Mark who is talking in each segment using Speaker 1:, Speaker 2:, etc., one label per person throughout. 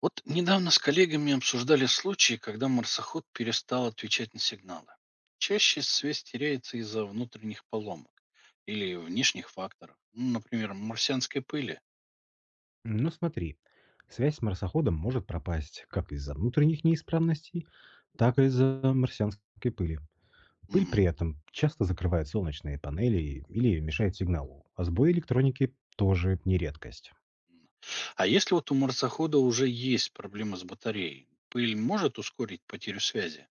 Speaker 1: Вот недавно с коллегами обсуждали случаи, когда марсоход перестал отвечать на сигналы. Чаще связь теряется из-за внутренних поломок или внешних факторов, ну, например, марсианской пыли.
Speaker 2: Ну смотри, связь с марсоходом может пропасть как из-за внутренних неисправностей, так и из-за марсианской пыли. Пыль
Speaker 1: Мгм.
Speaker 2: при этом часто закрывает солнечные панели или мешает сигналу, а сбой электроники тоже не редкость.
Speaker 1: А если вот у марсохода уже есть проблемы с батареей, пыль может ускорить потерю связи?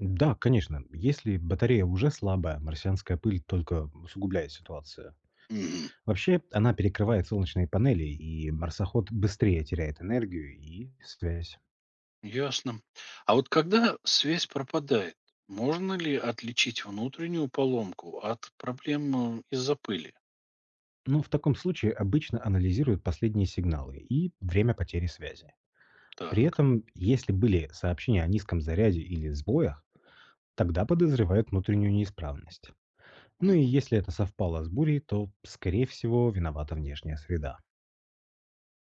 Speaker 2: Да, конечно, если батарея уже слабая, марсианская пыль только усугубляет ситуацию.
Speaker 1: Мгм.
Speaker 2: Вообще, она перекрывает солнечные панели, и марсоход быстрее теряет энергию и связь.
Speaker 1: Ясно. А вот когда связь пропадает, можно ли отличить внутреннюю поломку от проблем из-за пыли?
Speaker 2: Ну, в таком случае обычно анализируют последние сигналы и время потери связи. При
Speaker 1: Так.
Speaker 2: этом, если были сообщения о низком заряде или сбоях, тогда подозревают внутреннюю неисправность. Ну и
Speaker 1: Мгм.
Speaker 2: если это совпало с бурей, то, скорее всего, виновата внешняя среда.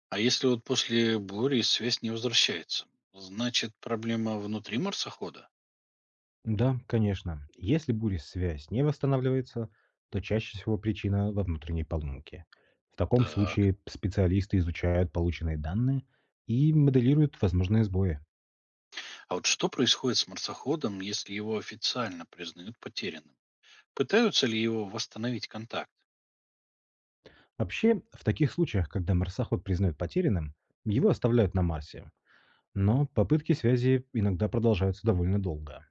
Speaker 1: А если вот после бури связь не возвращается? Значит, проблема внутри марсохода?
Speaker 2: Да, конечно, если буря-связь не восстанавливается, то чаще всего причина во внутренней поломке. В таком
Speaker 1: Так.
Speaker 2: случае специалисты изучают полученные данные и моделируют возможные сбои.
Speaker 1: А вот что происходит с марсоходом, если его официально признают потерянным? Пытаются ли его восстановить контакт?
Speaker 2: Вообще, в таких случаях, когда марсоход признают потерянным, его оставляют на Марсе, но попытки связи иногда продолжаются довольно долго.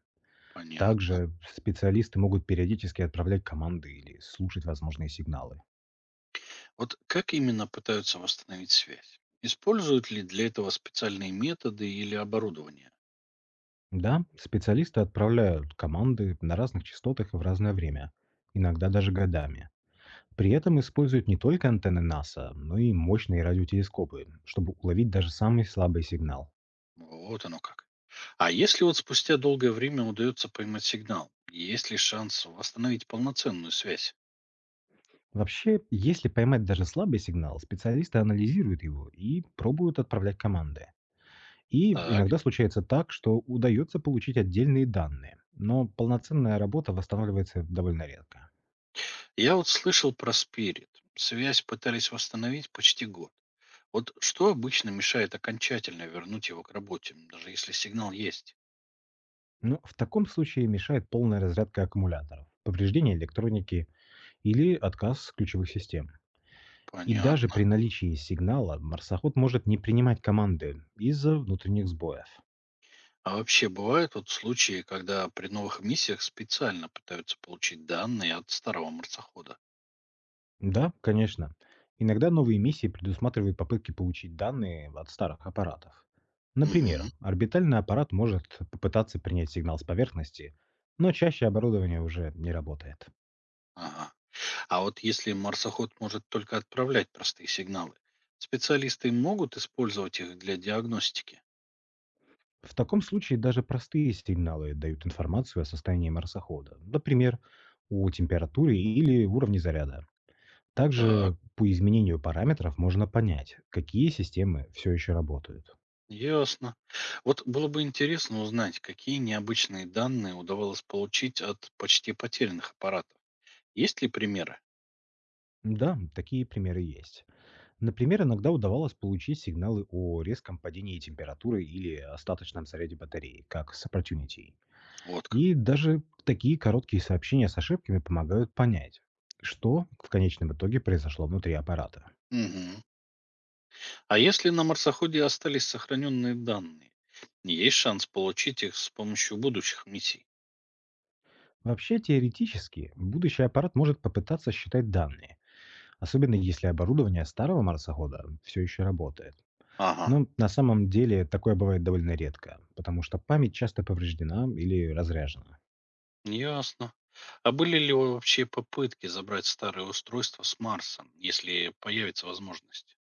Speaker 1: Понятно.
Speaker 2: Также специалисты могут периодически отправлять команды или слушать возможные сигналы.
Speaker 1: Вот как именно пытаются восстановить связь? Используют ли для этого специальные методы или оборудование?
Speaker 2: Да, специалисты отправляют команды на разных частотах и в разное время, иногда даже годами. При этом используют не только антенны НАСА, но и мощные радиотелескопы, чтобы уловить даже самый слабый сигнал.
Speaker 1: Вот оно как. А если вот спустя долгое время удается поймать сигнал, есть ли шанс восстановить полноценную связь?
Speaker 2: Вообще, если поймать даже слабый сигнал, специалисты анализируют его и пробуют отправлять команды. И
Speaker 1: Так.
Speaker 2: иногда случается так, что удается получить отдельные данные, но полноценная работа восстанавливается довольно редко.
Speaker 1: Я вот слышал про спирит. Связь пытались восстановить почти год. Вот что обычно мешает окончательно вернуть его к работе, даже если сигнал есть?
Speaker 2: Но в таком случае мешает полная разрядка аккумуляторов, повреждение электроники или отказ ключевых систем. И даже
Speaker 1: Понятно.
Speaker 2: при наличии сигнала марсоход может не принимать команды из-за внутренних сбоев.
Speaker 1: А вообще бывают вот случаи, когда при новых миссиях специально пытаются получить данные от старого марсохода?
Speaker 2: Да, конечно. Иногда новые миссии предусматривают попытки получить данные от старых аппаратов.
Speaker 1: Мгм.
Speaker 2: Например, орбитальный аппарат может попытаться принять сигнал с поверхности, но чаще оборудование уже не работает.
Speaker 1: Ага. А вот если марсоход может только отправлять простые сигналы, специалисты могут использовать их для диагностики?
Speaker 2: В таком случае даже простые сигналы дают информацию о состоянии марсохода, например, о температуре или уровне заряда.
Speaker 1: Так.
Speaker 2: Также по изменению параметров можно понять, какие системы все еще работают.
Speaker 1: Ясно. Вот было бы интересно узнать, какие необычные данные удавалось получить от почти потерянных аппаратов. Есть ли примеры?
Speaker 2: Да, такие примеры есть. Например, иногда удавалось получить сигналы о резком падении температуры или остаточном заряде батареи, как с Opportunity.
Speaker 1: Вот как.
Speaker 2: И даже такие короткие сообщения с ошибками помогают понять, что в конечном итоге произошло внутри аппарата.
Speaker 1: Мгм. А если на марсоходе остались сохраненные данные, есть шанс получить их с помощью будущих миссий?
Speaker 2: Вообще, теоретически, будущий аппарат может попытаться считать данные, особенно если оборудование старого марсохода все еще работает.
Speaker 1: Ага,
Speaker 2: Но на самом деле такое бывает довольно редко, потому что память часто повреждена или разряжена.
Speaker 1: ясно. А были ли вообще попытки забрать старые устройства с Марса, если появится возможность?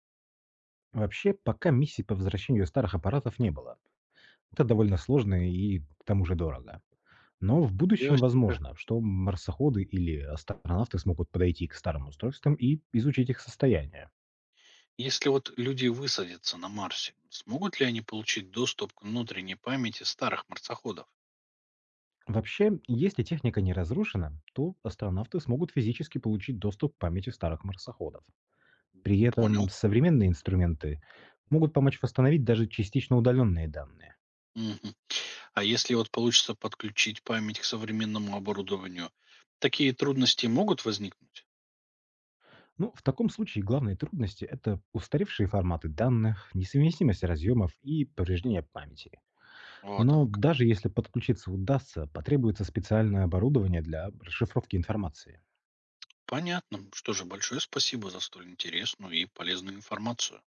Speaker 2: Вообще, пока миссий по возвращению старых аппаратов не было. Это довольно сложно и к тому же дорого. Но в будущем
Speaker 1: Ясненько.
Speaker 2: возможно, что марсоходы или астронавты смогут подойти к старым устройствам и изучить их состояние.
Speaker 1: Если вот люди высадятся на Марсе, смогут ли они получить доступ к внутренней памяти старых марсоходов?
Speaker 2: Вообще, если техника не разрушена, то астронавты смогут физически получить доступ к памяти старых марсоходов. При
Speaker 1: Понял.
Speaker 2: этом современные инструменты могут помочь восстановить даже частично удаленные данные.
Speaker 1: Мгм. А если вот получится подключить память к современному оборудованию, такие трудности могут возникнуть?
Speaker 2: Ну, в таком случае главные трудности– это устаревшие форматы данных, несовместимость разъемов и повреждение памяти.
Speaker 1: Вот
Speaker 2: Но
Speaker 1: оно как.
Speaker 2: даже если подключиться удастся, потребуется специальное оборудование для расшифровки информации.
Speaker 1: Понятно. Что же, большое спасибо за столь интересную и полезную информацию.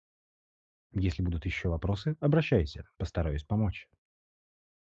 Speaker 2: Если будут еще вопросы, обращайся, постараюсь помочь.